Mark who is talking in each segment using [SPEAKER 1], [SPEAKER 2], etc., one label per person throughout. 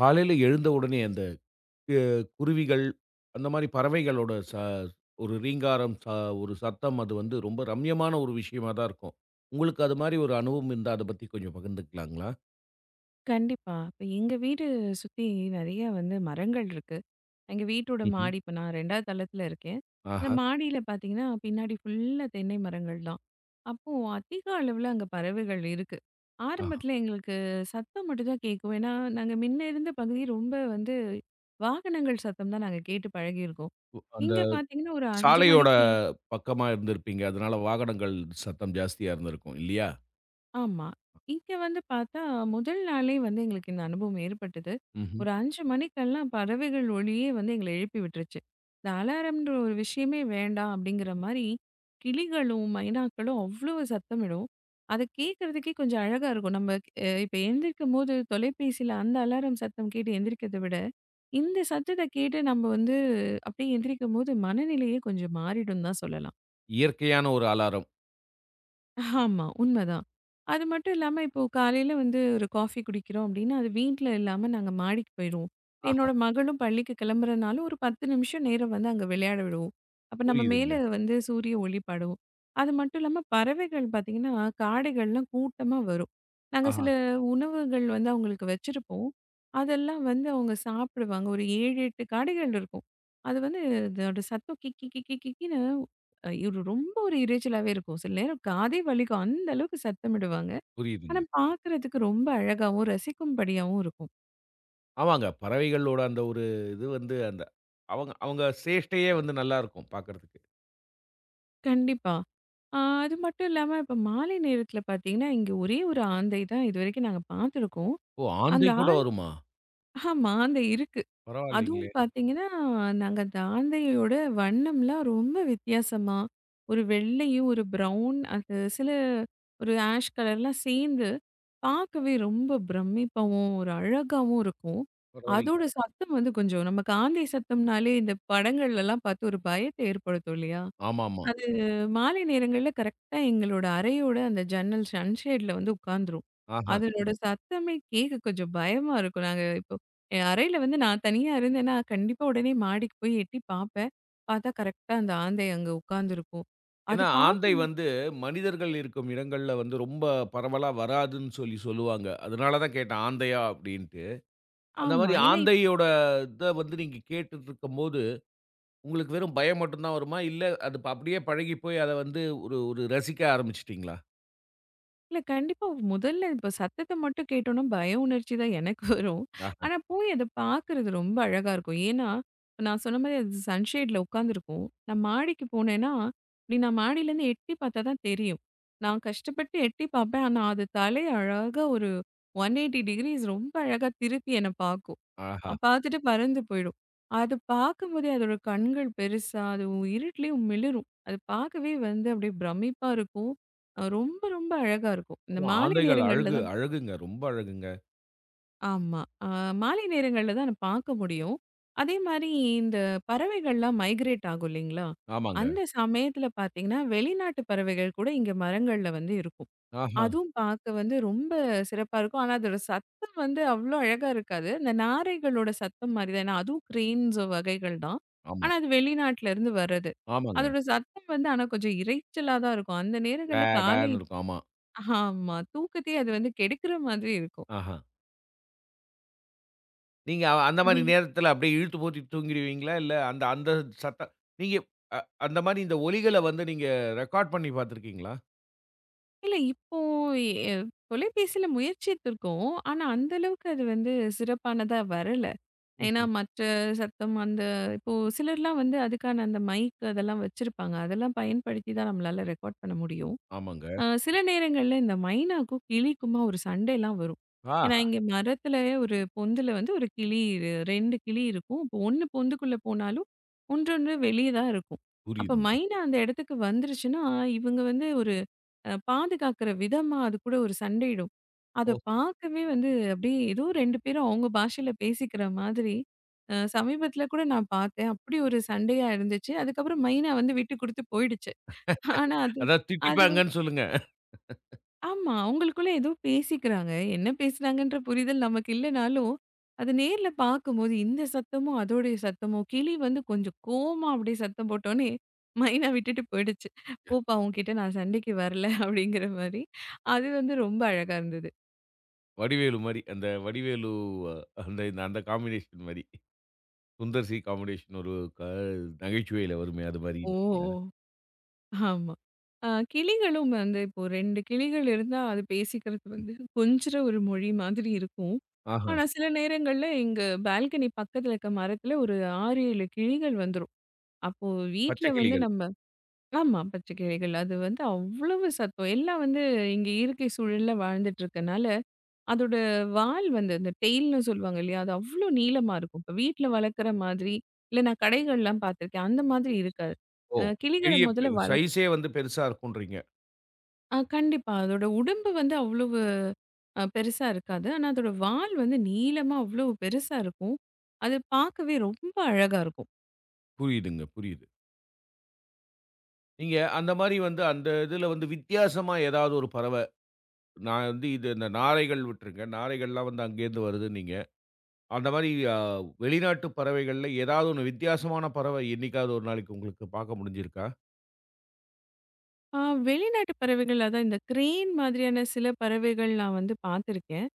[SPEAKER 1] காலையில எழுந்த உடனே அந்த அ குருவிகள், அந்த மாரி பறவைகளோட ஒரு ரீங்காரம், ஒரு சத்தம் அது வந்து ரொம்ப ரம்யமான ஒரு விஷயமா தான் இருக்கும். உங்களுக்கு அது மாரி ஒரு அனுபவம் இருந்தா அத பத்தி கொஞ்சம் பகிர்ந்துக்கலாங்களா?
[SPEAKER 2] கண்டிப்பா. இப்ப எங்க வீடு சுத்தி நெறைய வந்து மரங்கள் இருக்கு. எங்க வீட்டோட
[SPEAKER 1] ம்ஹ்ம்.
[SPEAKER 2] மாடி இப்ப நான் 2வது தளத்துல இருக்கேன். அந்த
[SPEAKER 1] ஆஹா,
[SPEAKER 2] மாடியில பார்த்தீங்கன்னா, பின்னாடி ஃபுல்லா தென்னை மரங்கள் தான். அப்போ அதிக அளவுல அங்க பறவைகள் இருக்கு.
[SPEAKER 1] ஆஹா.
[SPEAKER 2] ஆரம்பத்துல எங்களுக்கு சத்தம் மட்டும் தான் கேட்கும். ஏன்னா, நாங்க முன்ன இருந்த பகுதி ரொம்ப வந்து வாகனங்கள் சத்தம் தான் நாங்க கேட்டு பழகியிருக்கோம்.
[SPEAKER 1] அந்த
[SPEAKER 2] இங்க பார்த்தீங்கன்னா, ஒரு 5
[SPEAKER 1] சாலையோட
[SPEAKER 2] மணிக்கு
[SPEAKER 1] பக்கமா இருந்திருப்பீங்க. அதனால வாகனங்கள் சத்தம் ஜாஸ்தியா இருந்திருக்கும் இல்லையா?
[SPEAKER 2] ஆமா. இங்க வந்து பார்த்தா, முதல் நாளே வந்து எங்களுக்கு இந்த அனுபவம் ஏற்பட்டது.
[SPEAKER 1] ம்ஹ்ம்.
[SPEAKER 2] ஒரு 5 மணிக்கெல்லாம் பறவைகள் ஒலியே வந்து எங்கள எழுப்பி விட்டுருச்சு. இந்த அலாரம்ன்ற ஒரு விஷயமே வேண்டாம் அப்படிங்கிற மாரி, கிளிகளும், மைனாக்களும் அவ்வளோ சத்தமிடும். அத கேட்கறதுக்கே கொஞ்சம் அழகா இருக்கும். நம்ம இப்ப எந்திரிக்கும்போது தொலைபேசியில அந்த அலாரம் சத்தம் கேட்டு எந்திரிக்கிறத விட, இந்த சத்தத்த கேட்டு நம்ம வந்து அப்படியே எந்திரிக்கும்போது மனநிலையே கொஞ்சம் மாறிடும்னு தான் சொல்லலாம்.
[SPEAKER 1] இயற்கையான ஒரு அலாரம்.
[SPEAKER 2] ஆமா. உண்மதான். அது மட்டும் இல்லாம இப்போ காலையில வந்து ஒரு காஃபி குடிக்கிறோம் அப்டின்னா, அது வீட்ல இல்லாம நாங்க மாடிக்கு போயிருவோம்.
[SPEAKER 1] ஆஹா,
[SPEAKER 2] என்னோட மகளும் பள்ளிக்கு கிளம்புறனால ஒரு 10 நிமிஷம் நேரம் வந்து அங்க விளையாட விடுவோம். அப்ப நம்ம
[SPEAKER 1] புரியுதுங்க.
[SPEAKER 2] மேல வந்து சூரிய ஒளி படும். அது மட்டும் இல்லாம பறவைகள் பார்த்தீங்கன்னா, காடைகள்லாம் கூட்டமா வரும். நாங்க
[SPEAKER 1] ஆஹா,
[SPEAKER 2] சில உணவுகள் வந்து அவங்களுக்கு வச்சிருப்போம். அதெல்லாம் வந்து அவங்க சாப்பிடுவாங்க. ஒரு 7, 8 காடைகள் இருக்கும். அது வந்து அதோட சத்தம் கிக்கி கிக்கி கிக்கின்னு இவரு ரொம்ப ஒரு இரைச்சலாவே இருக்கும். சில நேரம் காதே வலிக்கும். அந்த அளவுக்கு சத்தமிடுவாங்க. ஆனா
[SPEAKER 1] புரியுதுங்க.
[SPEAKER 2] பார்க்கறதுக்கு ரொம்ப அழகாவும், ரசிக்கும்படியாவும் இருக்கும்.
[SPEAKER 1] ஆமாங்க. பறவைகளோட அந்த ஒரு இது வந்து அந்த அவங்க அவங்க சேஷ்டையே வந்து நல்லாருக்கும் பாக்கறதுக்கு.
[SPEAKER 2] கண்டிப்பா. ஆ அது மட்டும் இல்லாம இப்ப மாலை நேரத்தில பார்த்தீங்கன்னா, இங்க ஒரே ஒரு ஆந்தை தான் இதுவரைக்கும் நாங்க பார்த்துருக்கோம்.
[SPEAKER 1] ஓ!
[SPEAKER 2] அந்த
[SPEAKER 1] ஆந்தை கூட
[SPEAKER 2] ஆண்
[SPEAKER 1] வருமா?
[SPEAKER 2] ஆமா ஆந்தை இருக்கு. அதுவும்
[SPEAKER 1] பரவாயில்லைங்களே!
[SPEAKER 2] பார்த்தீங்கன்னா, நாங்க தாந்தேயோட வண்ணம்லாம் ரொம்ப வித்தியாசமா, ஒரு வெள்ளையும், ஒரு பிரவுன் அது சில ஒரு ஆஷ் கலர்லாம் சேர்ந்து, பார்க்கவே ரொம்ப பிரமிப்பாவும், ஒரு அழகாவும் இருக்கும்.
[SPEAKER 1] பரவாயில்லைங்க.
[SPEAKER 2] அதோட சத்தம் வந்து கொஞ்சம் நமக்கு ஆந்தை சத்தம்னாலே இந்த படங்கள்லலாம் பார்த்து ஒரு பயத்த ஏற்படுத்தும் இல்லையா?
[SPEAKER 1] ஆமாமா.
[SPEAKER 2] அது மாலை நேரங்கள்ல கரெக்ட்டா எங்களோட அறையோட அந்த ஜன்னல் சன்ஷேட்ல வந்து உட்காந்துரும்.
[SPEAKER 1] ஆஹா.
[SPEAKER 2] அதனோட சத்தமே கேட்க கொஞ்சம் பயமா இருக்கும். நாங்க இப்போ என் அறையில வந்து நான் தனியா இருந்தேன்னா, கண்டிப்பா உடனே மாடிக்கு போய் எட்டி பார்ப்பேன். பார்த்தா கரெக்ட்டா அந்த ஆந்தை அங்க உட்காந்துருக்கும். அது
[SPEAKER 1] ஏன்னா ஆந்தை
[SPEAKER 2] பார்க்க
[SPEAKER 1] வந்து மனிதர்கள் இருக்கும் இடங்கள்ல வந்து ரொம்ப பரவலா வராதுன்னு சொல்லி சொல்லுவாங்க. அதனால தான் கேட்டேன் ஆந்தையா அப்படின்ட்டு. அந்த
[SPEAKER 2] ஆமா.
[SPEAKER 1] மாரி
[SPEAKER 2] ஏன்னா
[SPEAKER 1] ஆந்தையோட இத வந்து நீங்க கேட்டுட்டுருக்கும்போது, உங்களுக்கு வெறும் பயம் மட்டும் தான் வருமா? இல்ல அது அப்படியே பழகி போய் அத வந்து ஒரு ஒரு ரசிக்க ஆரம்பிச்சுட்டீங்களா?
[SPEAKER 2] இல்ல கண்டிப்பா. முதல்ல இப்ப சத்தத்த மட்டும் கேட்டோம்னா, பய உணர்ச்சி தான் எனக்கு வரும்.
[SPEAKER 1] ஆஹா,
[SPEAKER 2] ஆனா போய் அத பார்க்குறது ரொம்ப அழகா இருக்கும். ஏன்னா, இப்ப நான் சொன்ன மாரி அது சன்ஷேட்ல உட்காந்துருக்கும். நான் மாடிக்கு போனேன்னா, இப்படி நான் மாடியிலேருந்து எட்டி பார்த்தா தான் தெரியும். நான் கஷ்டப்பட்டு எட்டி பார்ப்பேன். ஆனா அது தலை அழகா ஒரு 180 டிகிரீஸ் ரொம்ப அழகா திருப்பி என்ன பார்க்கும்.
[SPEAKER 1] ஆஹா.
[SPEAKER 2] பார்த்துட்டு பறந்து போயிடும். அது பார்க்கும்போதே அதோட கண்கள் பெருசா, அது இருட்லயும் மிளிரும். அது பார்க்கவே வந்து அப்படியே பிரமிப்பா இருக்கும். ரொம்ப ரொம்ப அழகா இருக்கும். இந்த
[SPEAKER 1] ஆமா
[SPEAKER 2] மாலை
[SPEAKER 1] ஆந்தைகள்
[SPEAKER 2] நேரங்கள்ல
[SPEAKER 1] அழகு
[SPEAKER 2] தான்
[SPEAKER 1] அழகுங்க. ரொம்ப அழகுங்க.
[SPEAKER 2] ஆமா. மாலை நேரங்கள்ல தான் நான் பார்க்க முடியும். அதே மாரி இந்த பறவைகள்லாம் மைக்ரேட் ஆகும் இல்லைங்களா?
[SPEAKER 1] ஆமாங்க.
[SPEAKER 2] அந்த சமயத்துல பார்த்தீங்கன்னா, வெளிநாட்டு பறவைகள் கூட இங்க மரங்கள்ல வந்து இருக்கும்.
[SPEAKER 1] ஆஹா.
[SPEAKER 2] அதுவும் பார்க்க வந்து ரொம்ப சிறப்பா இருக்கும். ஆனா அதோட சத்தம் வந்து அவ்ளோ அழகா இருக்காது. இந்த நாரைகளோட சத்தம் மாரி தான். ஏன்னா அதுவும் கிரேன்ஸ் வகைகள் தான்.
[SPEAKER 1] ஆமா.
[SPEAKER 2] ஆனா அது வெளிநாட்டுல இருந்து வர்றது.
[SPEAKER 1] ஆமாங்க.
[SPEAKER 2] அதோட சத்தம் வந்து ஆனா கொஞ்சம் இரைச்சலா தான் இருக்கும். அந்த
[SPEAKER 1] வே
[SPEAKER 2] நேரங்கள்ல காலை
[SPEAKER 1] பேன்னு இருக்கும். ஆமா.
[SPEAKER 2] ஆமா. தூக்கத்தையே அது வந்து கெடுக்கிற மாதிரி இருக்கும்.
[SPEAKER 1] ஆஹா. நீங்க அந்த மாரி
[SPEAKER 2] அப்டி.
[SPEAKER 1] நேரத்துல அப்படியே இழுத்து போத்தி தூங்கிடுவீங்களா? இல்ல அந்த அந்த சத்தம் நீங்க அ அந்த மாரி இந்த ஒலிகள வந்து நீங்க ரெக்கார்ட் பண்ணி பார்த்துருக்கீங்களா?
[SPEAKER 2] இல்ல இப்போ எ தொலைபேசியில முயற்சித்திருக்கோம். ஆனா அந்த அளவுக்கு அது வந்து சிறப்பானதா வரல. ஏன்னா
[SPEAKER 1] ம்ஹ்ம்.
[SPEAKER 2] மற்ற சத்தம் அந்த இப்போ சிலர்லாம் வந்து அதுக்கான அந்த மைக் அதெல்லாம் வச்சிருப்பாங்க. அதெல்லாம் பயன்படுத்தி தான் நம்மளால ரெக்கார்ட் பண்ண முடியும்.
[SPEAKER 1] ஆமாங்க.
[SPEAKER 2] சில நேரங்கள்ல இந்த மைனாக்கும், கிளிக்குமா ஒரு சண்டைலாம் வரும். ஏன்னா
[SPEAKER 1] ஆஹா!
[SPEAKER 2] இங்க மரத்துல ஒரு பொந்துல வந்து ஒரு கிளி 2 கிளி இருக்கும். இப்போ 1 பொந்துக்குள்ள போனாலும், ஒன்றொன்று வெளிய தான் இருக்கும். அப்ப
[SPEAKER 1] புரியுதுங்க.
[SPEAKER 2] மைனா அந்த இடத்துக்கு வந்துருச்சுன்னா, இவங்க வந்து ஒரு பாதுகாக்கிற விதமா அது கூட ஒரு சண்டையிடும். அத
[SPEAKER 1] ஓஹோ!
[SPEAKER 2] பார்க்கவே வந்து அப்படியே ஏதோ 2 பேரும் அவங்க பாஷையில பேசிக்கிற மாதிரி, சமீபத்தில கூட நான் பார்த்தேன். அப்படி ஒரு சண்டையா இருந்துச்சு. அதுக்கப்புறம் மைனா வந்து விட்டு குடுத்து போயிடுச்சு. ஆனா அது
[SPEAKER 1] அதான்
[SPEAKER 2] அது
[SPEAKER 1] திட்டிப்பாங்கன்னு சொல்லுங்க.
[SPEAKER 2] ஆமா. அவங்களுக்குள்ள ஏதோ பேசிக்கிறாங்க. என்ன பேசுனாங்கன்ற புரிதல் நமக்கு இல்லனாலும், அது நேர்ல பார்க்கும்போது இந்த சத்தமும், அதோடைய சத்தமும் கிளி வந்து கொஞ்சம் கோவமா அப்படியே சத்தம் போட்டோனே, மைனா விட்டுட்டு போயிடுச்சு. "போப்பா உன்கிட்ட நான் சண்டைக்கு வரல" அப்படிங்கிற மாரி. அது வந்து ரொம்ப அழகா இருந்தது.
[SPEAKER 1] வடிவேலு மாரி. அந்த வடிவேலு அ, அந்த அந்த காம்பினேஷன் மாரி. சுந்தர் சி காம்பினேஷன் ஒரு க நகைச்சுவையில வருமே அது
[SPEAKER 2] ஓ!
[SPEAKER 1] மாரின்றீங்களா?
[SPEAKER 2] ஆமா. கிளிகளும் வந்து இப்போ 2 கிளிகள் இருந்தா அது பேசிக்கிறது வந்து கொஞ்சுற ஒரு மொழி மாதிரி இருக்கும்.
[SPEAKER 1] ஆஹா!
[SPEAKER 2] ஆனா சில நேரங்கள்ல எங்க பால்கனி பக்கத்துல இருக்க மரத்துல ஒரு 6, 7 கிளிகள் வந்துரும். அப்போ வீட்ல
[SPEAKER 1] பச்சை
[SPEAKER 2] வந்து
[SPEAKER 1] கிளிகள்.
[SPEAKER 2] நம்ம ஆமா பச்சைக்கிளிகள். அது வந்து அவ்வளவு சத்தம். எல்லாம் வந்து இங்க இயற்கை சூழல்ல வாழ்ந்துட்டு இருக்கனால, அதோட வால் வந்து அந்த டெயில்ன்னு சொல்லுவாங்க இல்லையா? அது அவ்ளோ நீளமா இருக்கும். இப்ப வீட்ல வளர்க்குற மாதிரி, இல்ல நான் கடைகள்லாம் பார்த்துருக்கேன். அந்த மாதிரி இருக்காது.
[SPEAKER 1] ஓ!
[SPEAKER 2] அ கிளிகள
[SPEAKER 1] பெரிய
[SPEAKER 2] முதல்ல வள
[SPEAKER 1] சைஸே வந்து பெருசா இருக்கும்ன்றீங்க.
[SPEAKER 2] ஆ கண்டிப்பா. அதோட உடம்பு வந்து அவ்வளவு பெருசா இருக்காது. ஆனா அதோட வால் வந்து நீளமா அவ்வளவு பெருசா இருக்கும். அது பார்க்கவே ரொம்ப அழகா இருக்கும்.
[SPEAKER 1] புரியுதுங்க, புரியுது. நீங்க அந்த மாரி வந்து அந்த இதுல வந்து வித்தியாசமா ஏதாவது ஒரு நான் வந்து இது இந்த நாரைகள் விட்டுருங்க. நாரைகள்லாம் வந்து அங்கேருந்து வருதுன்னீங்க. அந்த மாரி வெளிநாட்டு பறவைகள்ல ஏதாவது ஒண்ணு வித்தியாசமான பறவை என்னைக்காவது ஒரு நாளைக்கு உங்களுக்கு பார்க்க முடிஞ்சிருக்கா?
[SPEAKER 2] ஆ வெளிநாட்டு பறவைகள் அதான் இந்த கிரெயின் மாதிரியான சில பறவைகள் நான் வந்து பார்த்துருக்கேன்.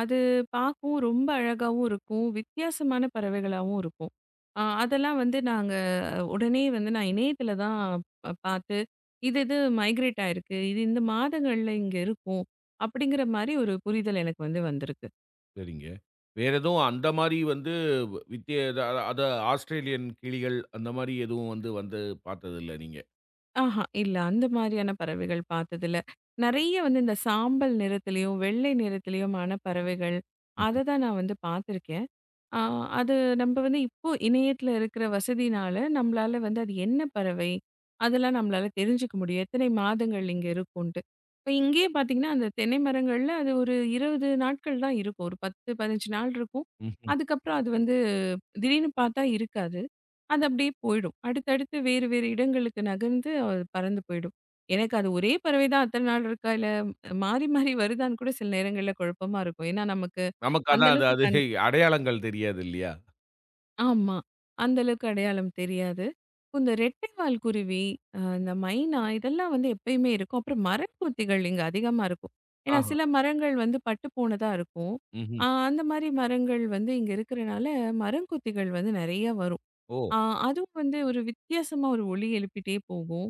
[SPEAKER 2] அது பார்க்கவும் ரொம்ப அழகாவும் இருக்கும். வித்தியாசமான பறவைகளாவும் இருக்கும். ஆ அதெல்லாம் வந்து நாங்க உடனே வந்து நான் இணையத்தில தான் பார்த்து, இது இது மைக்ரேட் ஆயிருக்கு. இது இந்த மாதங்கள்ல இங்க இருக்கும். அப்படிங்கிற மாரி ஒரு புரிதல் எனக்கு வந்து வந்திருக்கு.
[SPEAKER 1] சரிங்க. வேற எதுவும் அந்த மாரி வந்து அத அத ஆஸ்திரேலியன் கிளிகள் அந்த மாரி எதுவும் வந்து வந்து பார்த்ததில்ல நீங்க?
[SPEAKER 2] ஆஹா இல்ல அந்த மாரியான பறவைகள் பார்த்ததில்ல. நெறைய வந்து இந்த சாம்பல் நிறத்திலயும், வெள்ளை நிறத்திலயுமான பறவைகள். அத
[SPEAKER 1] ம்ஹ்ம்.
[SPEAKER 2] தான் நான் வந்து பார்த்துருக்கேன். ஆ, அது நம்ப வந்து இப்போ இணையத்துல இருக்கிற வசதினால, நம்மளால வந்து அது என்ன பறவை? அதெல்லாம் நம்மளால தெரிஞ்சுக்க முடியும். எத்தனை மாதங்கள் இங்க இருக்கும்ன்ட்டு. இப்ப இங்கேயே பார்த்தீங்கன்னா, அந்த தென்னை மரங்கள்ல அது ஒரு 20 நாட்கள் தான் இருக்கும். ஒரு 10, 15 நாள் இருக்கும்.
[SPEAKER 1] ம்ஹ்ம்.
[SPEAKER 2] அதுக்கப்புறம் அது வந்து திடீர்னு பார்த்தா இருக்காது. அது அப்படியே போயிடும். அடுத்தடுத்து வேறு வேறு இடங்களுக்கு நகர்ந்து அது பறந்து போயிடும். எனக்கு அது ஒரே பறவை தான் அத்தன நாள் இருக்கா? இல்ல மாறி மாறி வருதான்னு கூட சில நேரங்கள்ல குழப்பமா இருக்கும். ஏன்னா நமக்கு
[SPEAKER 1] நமக்கு
[SPEAKER 2] அந்த
[SPEAKER 1] அதான் அது
[SPEAKER 2] அளவுக்கு
[SPEAKER 1] அது
[SPEAKER 2] கண்
[SPEAKER 1] அடையாளங்கள் தெரியாது இல்லையா?
[SPEAKER 2] ஆமா. அந்த அளவுக்கு அடையாளம் தெரியாது. இந்த ரெட்டைவால் குருவி, இந்த மைனா இதெல்லாம் வந்து எப்பயுமே இருக்கும். அப்புறம் மரங்கொத்திகள் இங்க அதிகமா இருக்கும். ஏன்னா
[SPEAKER 1] ஆஹா.
[SPEAKER 2] சில மரங்கள் வந்து பட்டு போனதா இருக்கும்.
[SPEAKER 1] ம்ஹ்ம்.
[SPEAKER 2] அந்த மாரி மரங்கள் வந்து இங்க இருக்கிறனால, மரங்கொத்திகள் வந்து நெறைய வரும்.
[SPEAKER 1] ஓ!
[SPEAKER 2] ஆ, அதுவும் வந்து ஒரு வித்தியாசமா ஒரு ஒலி எழுப்பிட்டே போகும்.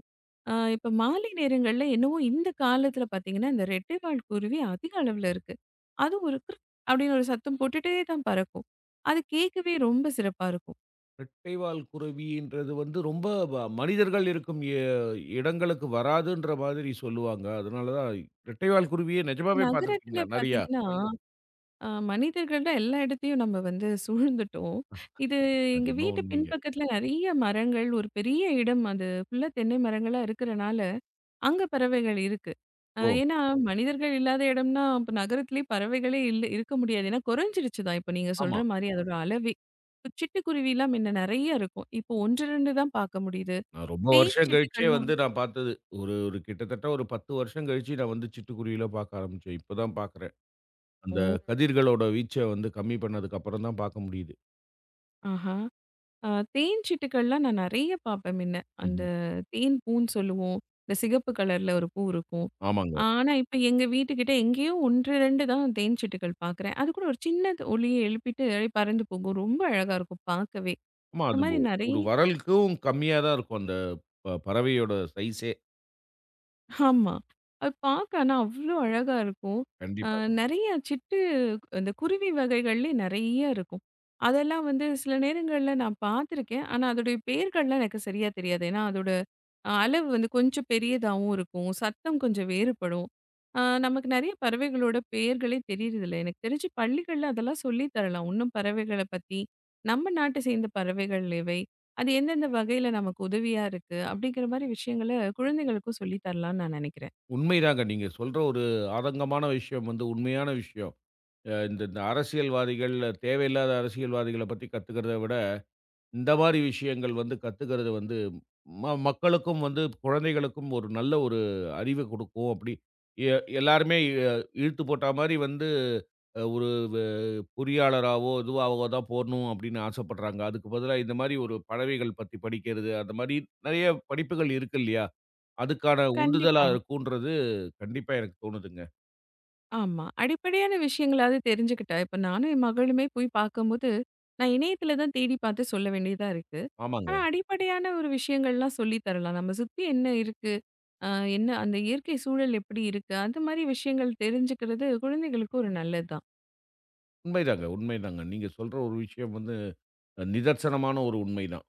[SPEAKER 2] ஆ, இப்ப மாலை நேரங்கள்ல என்னவோ இந்த காலத்துல பார்த்தீங்கன்னா, இந்த ரெட்டைவால் குருவி அதிக அளவுல இருக்கு. அதுவும் ஒரு கிருக் அப்படின்னு ஒரு சத்தம் போட்டுட்டே தான் பறக்கும். அது கேட்கவே ரொம்ப சிறப்பா இருக்கும்.
[SPEAKER 1] ரெட்டைவால் குருவின்றது வந்து ரொம்ப மனிதர்கள் இருக்கும் இடங்களுக்கு வராதுன்ற மாதிரி சொல்லுவாங்க. அதனால தான் ரெட்டைவால் குருவிய நெஜமாவே
[SPEAKER 2] நகரத்துல
[SPEAKER 1] பார்த்துருக்கீங்களா? நெறையா?
[SPEAKER 2] பார்த்தீங்கன்னா, மனிதர்கள் தான் எல்லா இடத்தையும் நம்ம வந்து சூழ்ந்துட்டோம். இது
[SPEAKER 1] அது
[SPEAKER 2] எங்க
[SPEAKER 1] என்னவோ
[SPEAKER 2] வீட்டு
[SPEAKER 1] உண்மைங்க.
[SPEAKER 2] பின்பக்கத்துல நெறைய மரங்கள், ஒரு பெரிய இடம் அது ஃபுல்லா தென்னை மரங்களா இருக்கிறனால அங்க பறவைகள் இருக்கு.
[SPEAKER 1] ஓ!
[SPEAKER 2] ஏன்னா, மனிதர்கள் இல்லாத இடம்னா, அப்ப நகரத்திலே பறவைகளே இல்ல இருக்க முடியாது. ஏன்னா குறைஞ்சிருச்சு தான். இப்ப நீங்க
[SPEAKER 1] ஆமா.
[SPEAKER 2] சொல்ற மாரி அதோட அளவே. இப்ப சிட்டுக்குருவிலாம் முன்ன நெறைய இருக்கும். இப்போ 1, 2 தான் பார்க்க முடியுது.
[SPEAKER 1] நான் ரொம்ப
[SPEAKER 2] தேன்
[SPEAKER 1] வருஷம் கழிச்சே
[SPEAKER 2] சிட்டுக்கள்லாம்
[SPEAKER 1] வந்து நான் பார்த்தது. ஒரு ஒரு கிட்டத்தட்ட ஒரு 10 வருஷம் கழிச்சு நான் வந்து சிட்டுக்குருவியில பார்க்க ஆரம்பிச்சேன். இப்ப தான் பார்க்குறேன். அந்த
[SPEAKER 2] ஓ!
[SPEAKER 1] கதிர்களோட வீச்ச வந்து கம்மி பண்ணதுக்கு அப்புறம் தான் பார்க்க முடியுது.
[SPEAKER 2] ஆஹா. அ தேன் சிட்டுக்கள்லாம் நான் நெறைய பார்ப்பேன் முன்ன. அந்த
[SPEAKER 1] ம்ஹ்ம்.
[SPEAKER 2] தேன் பூன்னு சொல்லுவோம். இந்த சிகப்பு கலர்ல ஒரு பூ இருக்கும்.
[SPEAKER 1] ஆமாங்க.
[SPEAKER 2] ஆனா, இப்ப எங்க வீட்டுக்கிட்ட எங்கேயோ 1, 2 தான் தேன் சிட்டுக்கள் பார்க்குறேன். அது கூட ஒரு சின்ன ஒலிய எழுப்பிட்டு அப்படியே பறந்து போகும். ரொம்ப அழகா இருக்கும் பார்க்கவே.
[SPEAKER 1] ஆமா.
[SPEAKER 2] இந்த
[SPEAKER 1] அது
[SPEAKER 2] மாரி நெறைய
[SPEAKER 1] ஒரு வரலுக்கும் கம்மியா தான் இருக்கும் அந்த பறவையோட சைஸே.
[SPEAKER 2] ஆமா. அது பார்க்க ஆனா அவ்ளோ அழகா இருக்கும். அ
[SPEAKER 1] கண்டிப்பா.
[SPEAKER 2] நெறைய சிட்டு அந்த குருவி வகைகள்லயே நெறைய இருக்கும். அதெல்லாம் வந்து சில நேரங்கள்ல நான் பார்த்துருக்கேன். ஆனா அதோடைய பெயர்கள்லாம் எனக்கு சரியா தெரியாது. ஏன்னா அதோட அளவு வந்து கொஞ்சம் பெரியதாவும் இருக்கும். சத்தம் கொஞ்சம் வேறுபடும். நமக்கு நெறைய பறவைகளோட பெயர்களே தெரியறதில்ல. எனக்கு தெரிஞ்சு பள்ளிகள்ல அதெல்லாம் சொல்லி தரலாம். இன்னும் பறவைகள பத்தி, நம்ம நாட்ட சேர்ந்த பறவைகள் எவை? அது எந்தெந்த வகையில நமக்கு உதவியா இருக்கு? அப்படிங்கிற மாரி விஷயங்கள குழந்தைகளுக்கும் சொல்லி தரலாம்னு நான் நெனைக்கிறேன்.
[SPEAKER 1] உண்மைதாங்க. நீங்க சொல்ற ஒரு ஆதங்கமான விஷயம் வந்து உண்மையான விஷயம். அ இந்த இந்த அரசியல்வாதிகள், தேவையில்லாத அரசியல்வாதிகள பத்தி கத்துக்கிறத விட, இந்த மாரி விஷயங்கள் வந்து கத்துக்கிறது வந்து மக்களுக்கும் வந்து குழந்தைகளுக்கும் ஒரு நல்ல ஒரு அறிவ குடுக்கும். அப்படி எ எல்லாருமே எ இழுத்து போட்டா மாரி வந்து ஒரு வெ பொறியாளராவோ, இதுவாவோ தான் போணும் அப்படின்னு ஆசைப்படுறாங்க. அதுக்கு பதிலா இந்த மாரி ஒரு பறவைகள் பத்தி படிக்கிறது, அந்த மாரி நெறைய படிப்புகள் இருக்கு இல்லையா? அதுக்கான உந்துதலா
[SPEAKER 2] கண்டிப்பா.
[SPEAKER 1] இருக்கும்ன்றது கண்டிப்பா எனக்கு தோணுதுங்க.
[SPEAKER 2] ஆமா. அடிப்படையான விஷயங்களாவது தெரிஞ்சுக்கிட்டா, இப்ப நானும் என் மகளுமே போய் பார்க்கும்போது, நான் இணையத்தில தான் தேடி பார்த்து சொல்ல வேண்டியதா இருக்கு.
[SPEAKER 1] ஆமாங்க.
[SPEAKER 2] ஆனா அடிப்படையான ஒரு விஷயங்கள்லாம் சொல்லி தரலாம். நம்ம சுத்தி என்ன இருக்கு? அ என்ன அந்த இயற்கை சூழல் எப்படி இருக்கு? அது மாரி விஷயங்கள் தெரிஞ்சுக்கிறது குழந்தைகளுக்கு ஒரு நல்லதுதான்.
[SPEAKER 1] உண்மைதாங்க, உண்மைதாங்க. நீங்க சொல்ற ஒரு விஷயம் வந்து நிதர்சனமான ஒரு உண்மைதான்.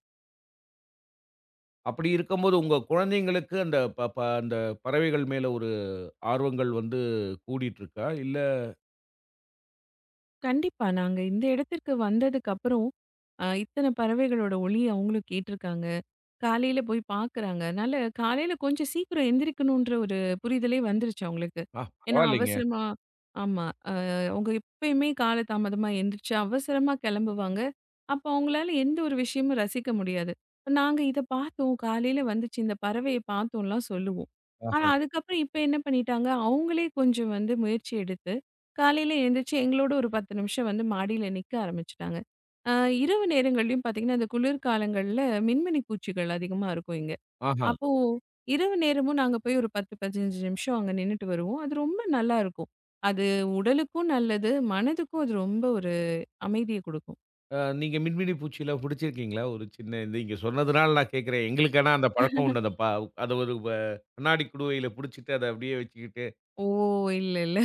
[SPEAKER 1] அப்படி இருக்கும்போது உங்க குழந்தைங்களுக்கு அந்த ப ப அந்த பறவைகள் மேல ஒரு ஆர்வங்கள் வந்து கூடிட்டு இருக்கா? இல்ல
[SPEAKER 2] கண்டிப்பா. நாங்க இந்த இடத்திற்கு வந்ததுக்கு அப்புறம், இத்தன பறவைகளோட ஒலி அவங்களும் கேட்டிருக்காங்க. காலையில போய் பார்க்குறாங்க. அதனால காலையில கொஞ்சம் சீக்கிரம் எந்திரிக்கணுன்ற ஒரு புரிதலே வந்துருச்சு அவங்களுக்கு.
[SPEAKER 1] ஆ
[SPEAKER 2] ஏன்னா
[SPEAKER 1] பரவாயில்லைங்க.
[SPEAKER 2] அவசரமா ஆமா. அ அவங்க எப்பயுமே கால தாமதமா எந்திரிச்சு அவசரமா கெளம்புவாங்க. அப்ப அவங்களால எந்த ஒரு விஷயமும் ரசிக்க முடியாது. இப்ப நாங்க இத பார்த்தோம், காலையில வந்துச்சு இந்த பறவைய பார்த்தோம்லாம் சொல்லுவோம். ஆனா
[SPEAKER 1] ஆஹா,
[SPEAKER 2] அதுக்கப்புறம் இப்ப என்ன பண்ணிட்டாங்க, அவங்களே கொஞ்சம் வந்து முயற்சி எடுத்து, காலையில எந்திரிச்சு எங்களோட ஒரு 10 நிமிஷம் வந்து மாடியில நிக்க ஆரம்பிச்சுட்டாங்க. ஆ, இரவு நேரங்கள்லயும் பார்த்தீங்கன்னா, இந்த குளிர்காலங்கள்ல மின்மினி பூச்சிகள் அதிகமா இருக்கும் இங்க.
[SPEAKER 1] ஆஹா.
[SPEAKER 2] அப்போ இரவு நேரமும் நாங்க போய் ஒரு 10, 15 நிமிஷம் அங்க நின்னுட்டு வருவோம். அது ரொம்ப நல்லா இருக்கும். அது உடலுக்கும் நல்லது, மனதுக்கும் அது ரொம்ப ஒரு அமைதிய குடுக்கும்.
[SPEAKER 1] நீங்க மின்மினி பூச்சிலாம் பிடிச்சிருக்கீங்களா? ஒரு சின்ன நீங்க சொன்னதுனால நான் கேட்கிறேன். எங்களுக்கு ஆனா அந்த பழக்கம் உண்டு. அந்த அத ஒரு கண்ணாடி குடுவையில புடிச்சிட்டு அத அப்படியே வச்சுக்கிட்டு
[SPEAKER 2] ஓ! இல்ல, இல்ல.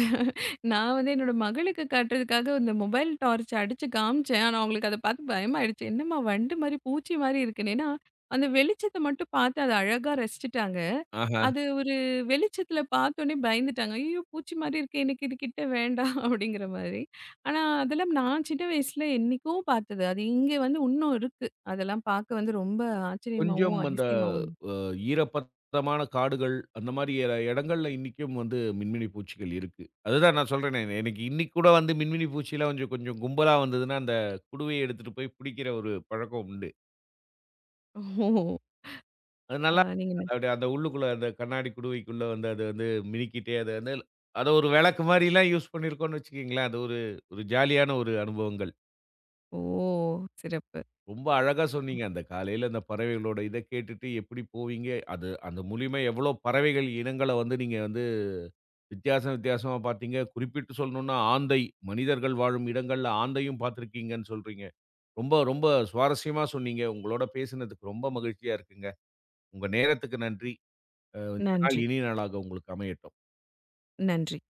[SPEAKER 2] நான் வந்து என்னோட மகளுக்கு காட்டுறதுக்காக இந்த மொபைல் டார்ச் அடிச்சு காமிச்சேன். ஆனா, அவங்களுக்கு அத பார்த்து பயமாயிடுச்சு. என்னம்மா வண்டு மாரி, பூச்சி மாரி இருக்குன்னு. ஏன்னா, அந்த வெளிச்சத்த மட்டும் பார்த்து அத அழகா ரசிச்சுட்டாங்க.
[SPEAKER 1] ஆஹா,
[SPEAKER 2] அது ஒரு வெளிச்சத்துல பார்த்தோனே பயந்துட்டாங்க. ஐயோ! பூச்சி மாரி இருக்கே எனக்கு இது கிட்ட வேண்டாம் அப்படிங்கிற மாரி. ஆனா, அதெல்லாம் நான் சின்ன வயசுல என்னைக்கோ பார்த்தது. அது இங்க வந்து இன்னும் இருக்கு. அதெல்லாம் பார்க்க வந்து ரொம்ப
[SPEAKER 1] கொஞ்சம்
[SPEAKER 2] ஆச்சரியமாவும்,
[SPEAKER 1] அந்த
[SPEAKER 2] அதிசயமாவும்.
[SPEAKER 1] ஈரப்பதமான காடுகள், அந்த மாரி இடங்கள்ல இன்னிக்கும் வந்து மின்மினி பூச்சிகள் இருக்கு. அதுதான் நான் சொல்றேனே, எனக்கு இன்னிக்கு கூட வந்து மின்மினி பூச்சிலாம் கொஞ்சம் கொஞ்சம் கும்பலா வந்ததுன்னா, அந்த குடுவைய எடுத்துட்டு போய் பிடிக்கிற ஒரு பழக்கம் உண்டு.
[SPEAKER 2] ஓ!
[SPEAKER 1] அது
[SPEAKER 2] அ
[SPEAKER 1] நல்லா
[SPEAKER 2] நீங்க
[SPEAKER 1] இருக்கு. அது
[SPEAKER 2] ந-
[SPEAKER 1] அப்படியே அந்த உள்ளுக்குள்ள அந்த கண்ணாடி குடுவைக்குள்ள வந்து அது வந்து மினுக்கிட்டே அது வந்து அத ஒரு விளக்கு மாரிலாம் யூஸ் பண்ணியிருக்கோம்னு வச்சுக்கங்களேன். அது ஒரு ஒரு ஜாலியான ஒரு அனுபவங்கள்.
[SPEAKER 2] ஓ! சிறப்பு.
[SPEAKER 1] ரொம்ப அழகா சொன்னீங்க. அந்த காலையில அந்த பறவைகளோட இத கேட்டுட்டு எப்படி போவீங்க? அது அந்த மூலியமா எவ்வளோ பறவைகள் இனங்கள வந்து நீங்க வந்து வித்தியாசம் வித்தியாசமா பார்த்தீங்க. குறிப்பிட்டு சொல்லணும்னா ஆந்தை, மனிதர்கள் வாழும் இடங்கள்ல ஆந்தையும் பார்த்திருக்கீங்கன்னு சொல்றீங்க. ரொம்ப ரொம்ப சுவாரஸ்யமா சொன்னீங்க. உங்களோட பேசினதுக்கு ரொம்ப மகிழ்ச்சியா இருக்குங்க. உங்க நேரத்துக்கு நன்றி. இந்த நாள்
[SPEAKER 2] நன்றி,
[SPEAKER 1] இனிய நாளாக உங்களுக்கு அமையட்டும்.
[SPEAKER 2] நன்றி.